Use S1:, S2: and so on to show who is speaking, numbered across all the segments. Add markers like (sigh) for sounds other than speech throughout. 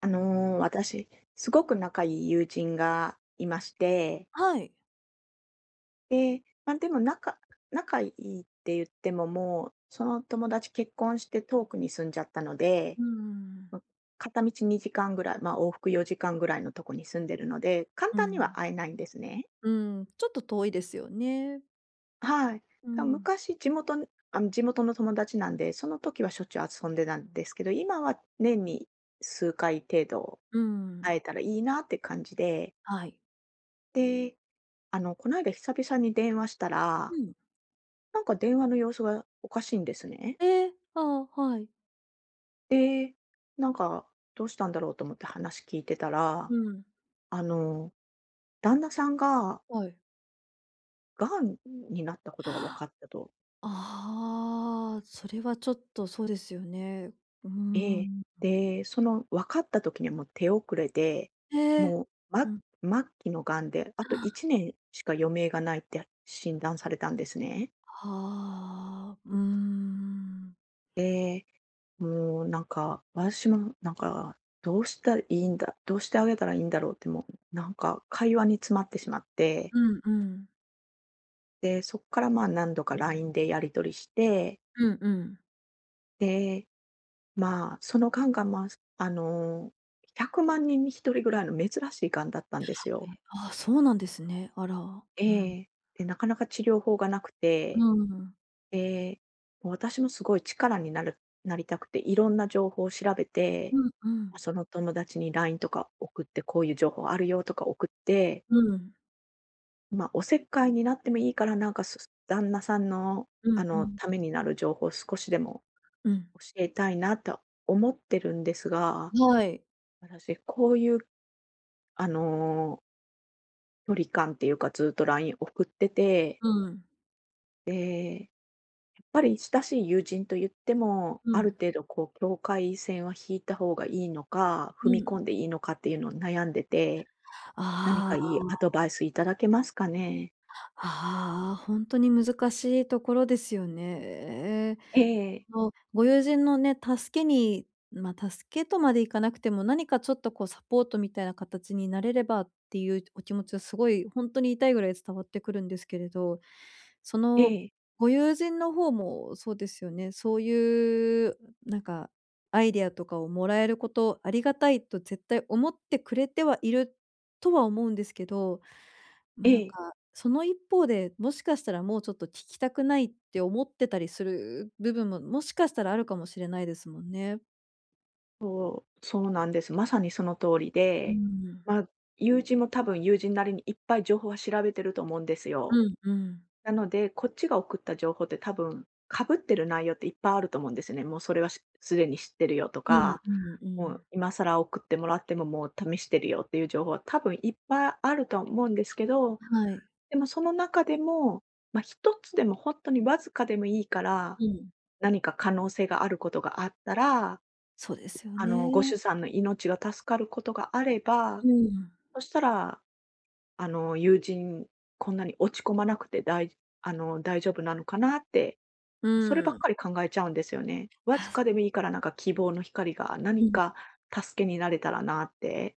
S1: 私、すごく仲いい友人がいまして、
S2: はい。
S1: で、まあ、でも仲いいって言っても、もう、その友達結婚して遠くに住んじゃったので、
S2: うん。
S1: ま、片道2時間ぐらい、往復4時間ぐらいのとこに住んでるので、簡
S2: う
S1: 単には
S2: ん。
S1: 会えないんですね。
S2: うん、ちょっと遠いですよね。
S1: はい。
S2: うん。
S1: 昔地元に地元の友達なんで、その時はしょっちゅう遊んでたんですけど、今は年に数回程度
S2: う
S1: 会
S2: ん。
S1: えたらいいなって感じで
S2: はい。
S1: で、こないだ久々に電話したら、
S2: うん。
S1: なんか電話の様子がおかしいんですね。
S2: えああ、はい。
S1: で、なんかどうしたんだろうと思って話聞いてたら、
S2: うん。
S1: あの、旦那さんが
S2: はい。
S1: 癌になったことが分かったと。
S2: ああ、それはちょっとそうですよね。うー
S1: ええ。
S2: ん。
S1: で、その分かった時にはもう手遅れで、
S2: ええ。
S1: もう、
S2: うん。
S1: 末期の癌で、あと1年しか余命がないって診断されたんですね。
S2: ああ、うーん。
S1: で、もうなんか、私もどうしたらいいんだどうしてあげたらいいんだろうって、もう、なんか会話に詰まってしまって、
S2: うんうん。
S1: で、そこからまあ何度か LINE でやり取りして、
S2: うんうん。
S1: で、そのがんが、あの、100万人に1人ぐらいの珍しいがんだったんですよ。
S2: え、ああ、そうなんですね。あら。うん。
S1: ええ。で、なかなか治療法がなく
S2: う
S1: て、
S2: ん。
S1: で、もう私もすごい力になりたくて、いろんな情報を調べて、
S2: うんうん。
S1: その友達に LINE とか送って、こういう情報あるよとか送って、
S2: うん。
S1: まあ、おせっかいになってもいいから、旦那さんの、
S2: うんうん。
S1: ためになる情報を少しでも
S2: うん。
S1: 教えたいなと思ってるんですが、
S2: はい。
S1: 私こういう、あの、距離感っていうか、ずっと LINE 送ってて、
S2: うん。
S1: で、やっぱり親しい友人と言っても、
S2: う
S1: ある
S2: ん。
S1: 程度こう境界線は引いた方がいいのか、
S2: う
S1: 踏み
S2: ん。
S1: 込んでいいのかっていうのを悩んでて、何か
S2: あ
S1: いいア
S2: あ、
S1: ドバイスいただけますかね？
S2: ああ、本当に難しいところですよね。
S1: ええ、
S2: の、ご友人のね、助けにまあ、助けとまでいかなくても、何かちょっとこうサポートみたいな形になれればっていうお気持ちはすごい本当に痛いぐらい伝わってくるんですけれど、そ
S1: え
S2: の
S1: え、
S2: ご友人の方もそうですよね。そういうなんかアイデアとかをもらえること、ありがたいと絶対思ってくれてはいるとは思うんですけど、ま
S1: え
S2: あ、なん
S1: え。
S2: か、その一方で、もしかしたらもうちょっと聞きたくないって思ってたりする部分も、もしかしたらあるかもしれないですもんね。
S1: そうなんです。まさにその通り
S2: う
S1: で、
S2: ん。
S1: ま、あ友人も多分友人なりにいっぱい情報は調べてると思うんですよ。
S2: うんうん。
S1: なので、こっちが送った情報って多分、かぶってる内容っていっぱいあると思うんですね。もうそれはすでに知ってるよと
S2: うん
S1: か、
S2: うんう
S1: も
S2: ん。
S1: う今更送ってもらってももう試してるよっていう情報は多分いっぱいあると思うんですけど、
S2: はい。
S1: でもその中でも、まあ、一つでも本当にわずかでもいいから
S2: うん。
S1: 何か可能性があることがあったら、
S2: そうですよね。
S1: ご主さんの命が助かることがあれば、
S2: うん。
S1: そしたら、あの、友人、こんなに落ち込まなくて大あの、大丈夫なのかなって、
S2: う
S1: そればっ
S2: ん。
S1: かり考えちゃうんですよね。わ
S2: あ
S1: ずかでもいいから、なんか希望の光が
S2: う
S1: 何
S2: ん。
S1: か助けになれたらなって。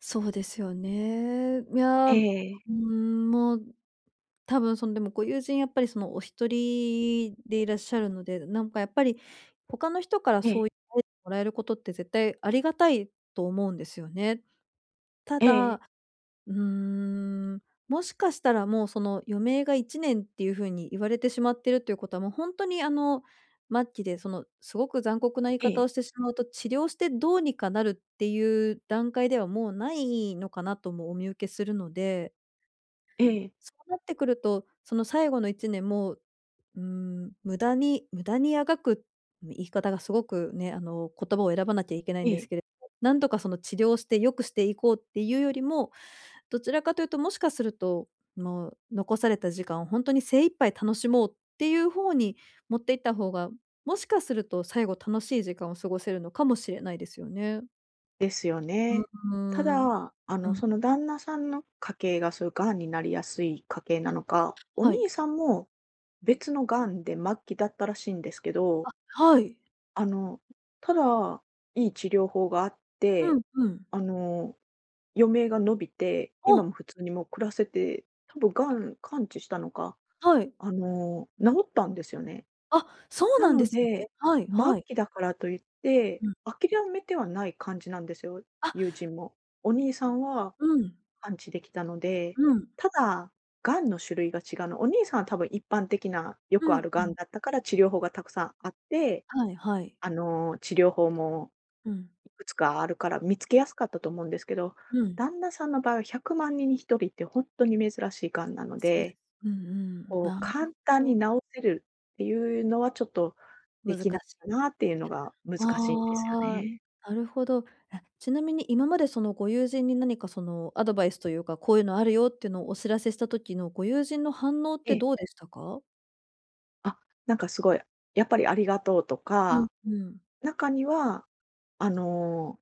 S2: そうですよね。いや、
S1: え
S2: う
S1: え、
S2: ーん、もう、多分そのでもご友人やっぱりそのお一人でいらっしゃるので、なんかやっぱり他の人から
S1: え
S2: そ
S1: え、
S2: ういうもらえることって絶対ありがたいと思うんですよね。た
S1: ええ、
S2: だうーん、もしかしたらもうその余命が1年っていう風に言われてしまってるということは、もう本当に末期でそのすごく残酷な言い
S1: え
S2: 方
S1: え、
S2: をしてしまうと、治療してどうにかなるっていう段階ではもうないのかなともお見受けするので、
S1: ええ、
S2: そうなってくると、その最後の1年も、うーん、無駄にあがく、言い方がすごくね、言葉を選ばなきゃいけない
S1: え
S2: んです
S1: え。
S2: けれど、なんとかその治療して良くしていこうっていうよりも、どちらかというと、もしかすると、もう残された時間を本当に精一杯楽しもうっていう方に持っていった方が、もしかすると最後楽しい時間を過ごせるのかもしれないですよね。
S1: ですよ
S2: う
S1: ね。た
S2: ーん。
S1: だ、
S2: うん。
S1: その旦那さんの家系がそういう癌になりやすい家系なのか、お
S2: はい。
S1: 兄さんも別の癌で末期だったらしいんですけど、
S2: はい。
S1: あの、ただ、いい治療法があっ
S2: う
S1: て、
S2: んうん。
S1: あの、余命が伸びて、
S2: あ、
S1: 今も普通にもう暮らせて、多分癌完治したのか、
S2: はい。
S1: 治ったんですよね。
S2: あ、そう
S1: な
S2: なん
S1: の
S2: ですね。
S1: で、
S2: はい
S1: 末
S2: はい。
S1: 期だからといって、
S2: うん。
S1: 諦めてはない感じなんですよ、
S2: あ、
S1: 友人も。お兄さんは
S2: うん。
S1: 完治できたので、
S2: うん。
S1: ただ、がんの種類が違うの。お兄さんは多分一般的なよ
S2: う
S1: くあ
S2: ん
S1: る
S2: う
S1: がん
S2: ん。
S1: だったから、治療法がたくさんあって、
S2: はいはい。
S1: 治療法も
S2: うん。
S1: いくつかあるから見つけやすかったと思うんですけど、
S2: うん。
S1: 旦那さんの場合は100万人に1人って本当に珍しいがんなの
S2: そうで
S1: で、
S2: す。うんうん。
S1: こう、
S2: なる
S1: 簡単
S2: ほ
S1: に
S2: ど。
S1: 直せるっていうのはちょっとで
S2: 難
S1: きない
S2: しい
S1: かなっていうのが難しいんですよ
S2: ああ、
S1: ね。
S2: なるほど。えちなみに今までそのご友人に何かそのアドバイスというか、こういうのあるよっていうのをお知らせした時のご友人の反応っ
S1: え
S2: て
S1: え。
S2: どうでしたか？
S1: あ、なんかすごい、やっぱりありがとうと
S2: うん
S1: か、
S2: うん。
S1: 中には、あの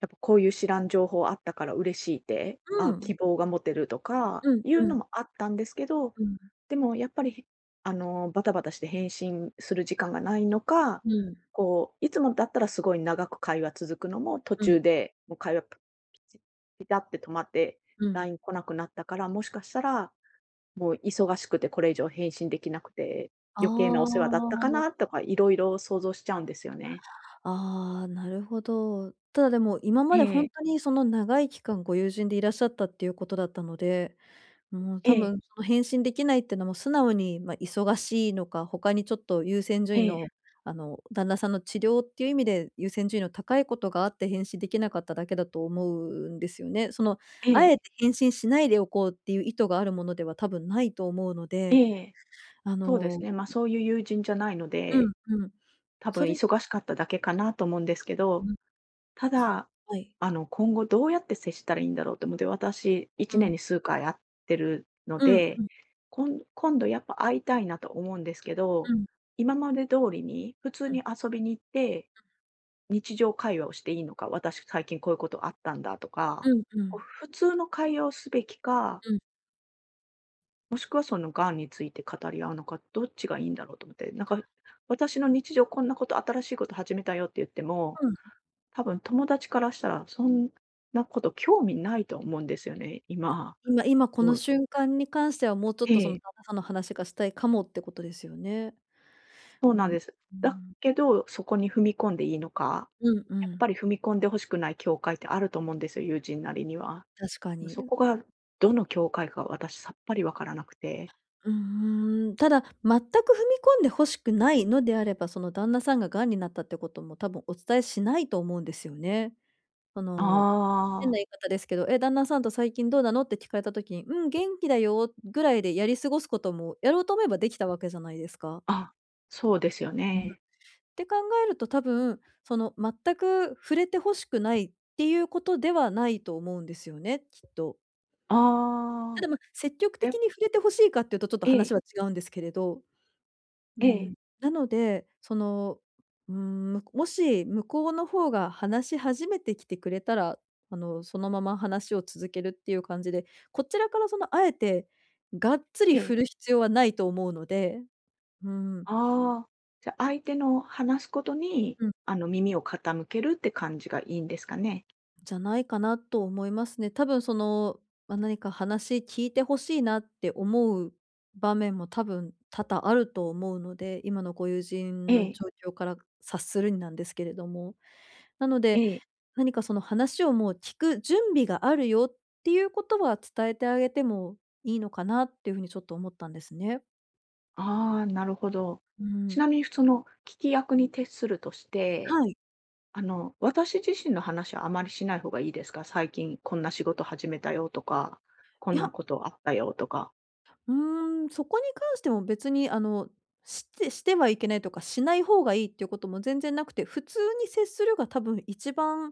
S1: やっぱこういう知らん情報あったから嬉しいって、
S2: う
S1: あ、
S2: ん。
S1: 希望が持てるとか
S2: うん
S1: いう
S2: う
S1: の
S2: ん
S1: もあったんですけど、
S2: うんうん
S1: でもやっぱり、バタバタして返信する時間がないのか、こう、いつもだったらすごい長く会話続くのも途
S2: うん
S1: 中で、もう会話ピチピタって止まって、
S2: うん。
S1: LINE 来なくなったから、もしかしたら、もう忙しくてこれ以上返信できなくて、余計なお世話
S2: あ
S1: だったかなとかいろいろ想像しちゃうんですよね。
S2: あ、ああ、なるほど。ただでも今
S1: え
S2: までほん
S1: え、
S2: とにその長い期間ご友人でいらっしゃったっていうことだったのでもう
S1: え
S2: 多
S1: え、
S2: 分その返信できないってのも素直に、ま、忙しいのか、他にちょっと優先順
S1: え
S2: 位
S1: え、
S2: の、旦那さんの治療っていう意味で優先順位の高いことがあって返信できなかっただけだと思うんですよね。その、
S1: え
S2: あえ
S1: え、
S2: て返信しないでおこうっていう意図があるものでは多分ないと思うの
S1: え
S2: で、
S1: え。
S2: あ
S1: そうです
S2: の
S1: ね、そういう友人じゃないの
S2: う
S1: で、
S2: んうん。
S1: 多分
S2: それ
S1: 忙しかっただけかなと思うんですけど、
S2: うん、
S1: ただ、
S2: はい。
S1: 今後どうやって接したらいいんだろうと思って、私
S2: う
S1: 1年
S2: ん。
S1: に数回会ってるの
S2: うんうんう
S1: で、
S2: ん。
S1: 今度やっぱ会いたいなと思うんですけ
S2: う
S1: ど、
S2: ん。
S1: 今まで通りに普通に遊びに行って、日常会話をしていいのか、私最近こういうことあったんだとか、
S2: うんう
S1: こう
S2: ん。
S1: 普通の会話をすべきか、
S2: うん。
S1: もしくはその癌について語り合うのか、どっちがいいんだろうと思って、なんか私の日常こんなこと、新しいこと始めたよって言っても、
S2: うん。
S1: 多分友達からしたらそんなこと興味ないと思うんですよね、今。
S2: 今今こ
S1: も
S2: の
S1: う、
S2: 瞬間に関してはもうちょっ
S1: え
S2: とその
S1: え、
S2: 旦那さんの話がしたいかもってことですよね。
S1: そう
S2: う
S1: なん
S2: ん、
S1: です。
S2: う
S1: だ
S2: ん。
S1: けど、そこに踏み込んでいいのか、
S2: うんう
S1: やっぱ
S2: ん。
S1: り踏み込んで欲しくない境界ってあると思うんですよ、友人なりには。
S2: 確か
S1: そ
S2: に。
S1: こがどの境界か私さっぱりわからなくて。
S2: うんうん。ただ、全く踏み込んで欲しくないのであれば、その旦那さんが癌になったってことも多分お伝えしないと思うんですよね。そ
S1: あ
S2: の、変な
S1: あ、
S2: 言い方ですけど、「え、旦那さんと最近どうなの？」って聞かれた時に、「うん、元気だよ」ぐらいでやり過ごすことも、やろうと思えばできたわけじゃないですか。
S1: あ、そうですよ
S2: うん。っ
S1: ね。
S2: て考えると多分、その全く触れて欲しくないっていうことではないと思うんですよね、きっと。た
S1: あ
S2: だ、ま、積極
S1: あ、
S2: 的
S1: え、
S2: に触れて欲しいかっていうとちょっと
S1: ええ、
S2: 話は違うんですけれど、う
S1: え
S2: ん。
S1: え、
S2: なので、その、うーん、むもし向こうの方が話し始めてきてくれたら、そのまま話を続けるっていう感じで、こちらからそのあえてがっつり
S1: ええ。
S2: 振る必要はないと思うので、うん。
S1: ああ、じゃ、相手の話すことに、
S2: うん。
S1: 耳を傾けるって感じがいいんですかね？
S2: じゃないかなと思いますね。多分その、まあ、何か話聞いてほしいなって思う場面も多分多々あると思うので、今のご友
S1: え
S2: 人の
S1: え、
S2: 状況から察するになんですけれども。なの
S1: え
S2: で、
S1: え。
S2: 何かその話をもう聞く準備があるよっていうことは伝えてあげてもいいのかなっていうふうにちょっと思ったんですね。
S1: ああ、なるほど。
S2: う
S1: ち
S2: ん。
S1: なみにその、聞き役に徹するとして、
S2: はい。
S1: 私自身の話はあまりしない方がいいですか？最近こんな仕事始めたよとか、こ
S2: い
S1: ん
S2: や、
S1: なことあったよとか。
S2: うーん、そこに関しても別にしてはいけないとか、しない方がいいっていうことも全然なくて、普通に接するが多分一番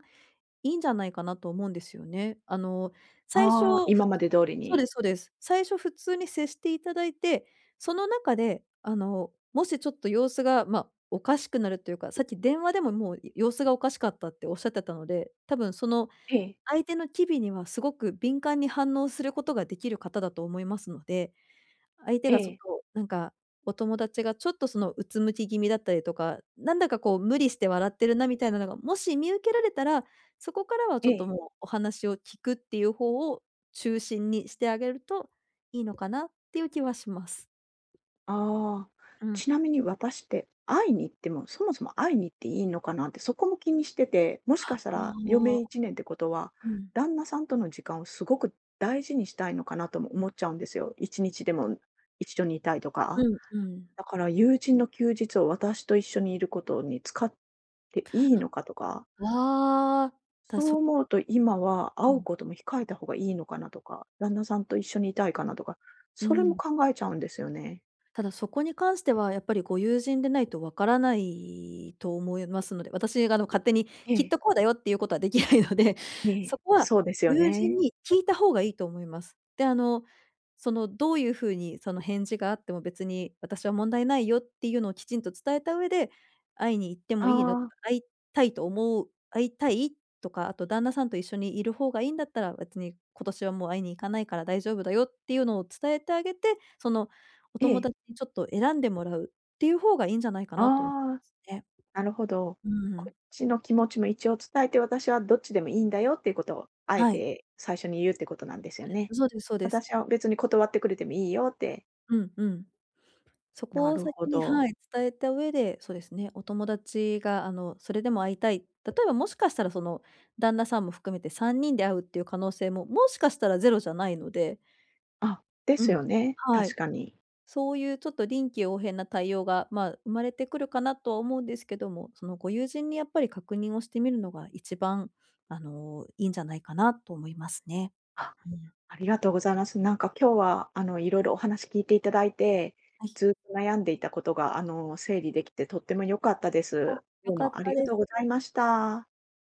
S2: いいんじゃないかなと思うんですよね。最初、
S1: ああ、今
S2: ふ
S1: まで通り
S2: そう
S1: に。
S2: ですそうです。最初普通に接していただいて、その中で、もしちょっと様子が、ま、おかしくなるというか、さっき電話でももう様子がおかしかったっておっしゃってたので、多分その
S1: ええ、
S2: 相手の機微にはすごく敏感に反応することができる方だと思いますので相手
S1: え
S2: がそ
S1: え、
S2: となんか、お友達がちょっとその、うつむき気味だったりとか、なんだかこう無理して笑ってるなみたいなのが、もし見受けられたら、そこからは
S1: え
S2: ちょっと
S1: え。
S2: もうお話を聞くっていう方を中心にしてあげるといいのかなっていう気はします。
S1: ああ、
S2: うん。
S1: ちなみに私って会いに行っても、そもそも会いに行っていいのかなって、そこも気にしてて、もし
S2: あ
S1: かしたら余命
S2: あ。
S1: 1年ってことは、
S2: うん。
S1: 旦那さんとの時間をすごく大事にしたいのかなとも思っちゃうんですよ。1日でも一緒にいたいとか。
S2: うんうん。
S1: だから友人の休日を私と一緒にいることに使っていいのかとか、
S2: わあ。だ
S1: そう
S2: そ
S1: 思うと今は
S2: う
S1: 会う
S2: ん、
S1: ことも控えた方がいいのかなとか、旦那さんと一緒にいたいかなとか、
S2: う
S1: それも
S2: ん。
S1: 考えちゃうんですよね。
S2: ただそこに関してはやっぱりご友人でないとわからないと思いますので、私が勝手に
S1: え
S2: きっ
S1: え、
S2: とこうだよっていうことはできないので、
S1: え
S2: (laughs) そ
S1: え、
S2: こは
S1: そうですよ
S2: ご友人
S1: ね。
S2: に聞いた方がいいと思います。で、そのどういうふうにその返事があっても別に私は問題ないよっていうのをきちんと伝えた上で、会いに行って
S1: あ
S2: もいいの、
S1: あ、
S2: 会い会いたいとか、あと旦那さんと一緒にいる方がいいんだったら別に今年はもう会いに行かないから大丈夫だよっていうのを伝えてあげて、そのお
S1: え
S2: 友
S1: え、
S2: 達にちょっと選んでもらうっていう方がいいんじゃないかなと思い
S1: ああ、
S2: ますね。
S1: なるほど。
S2: う
S1: こ
S2: ん
S1: っちの気持ちも一応伝えて、私はどっちでもいいんだよっていうことを、あえ
S2: はい。
S1: て最初に言うってことなんですよね。
S2: そうですそうです。
S1: 私は別に断ってくれてもいいよって。
S2: うんうん。そ
S1: な
S2: こを
S1: る
S2: 先
S1: ほ
S2: に
S1: ど。
S2: はい、伝えた上で、そうですね、お友達がそれでも会いたい、例えばもしかしたらその、旦那さんも含めて3人で会うっていう可能性も、もしかしたらゼロじゃないので、
S1: あ、で
S2: う
S1: す
S2: ん、
S1: よね、
S2: は
S1: 確
S2: い。
S1: かに。
S2: そういうちょっと臨機応変な対応が、まあ、生まれてくるかなとは思うんですけども、そのご友人にやっぱり確認をしてみるのが一番、いいんじゃないかなと思いますね。
S1: あ、
S2: うん。
S1: ありがとうございます。なんか今日は、いろいろお話聞いていただいて、
S2: はい。
S1: ずっと悩んでいたことが、整理できてとっても良かったで
S2: あ、
S1: す。
S2: 良
S1: どう
S2: かっ
S1: もあ
S2: た
S1: りが
S2: で
S1: と
S2: す。
S1: うございました。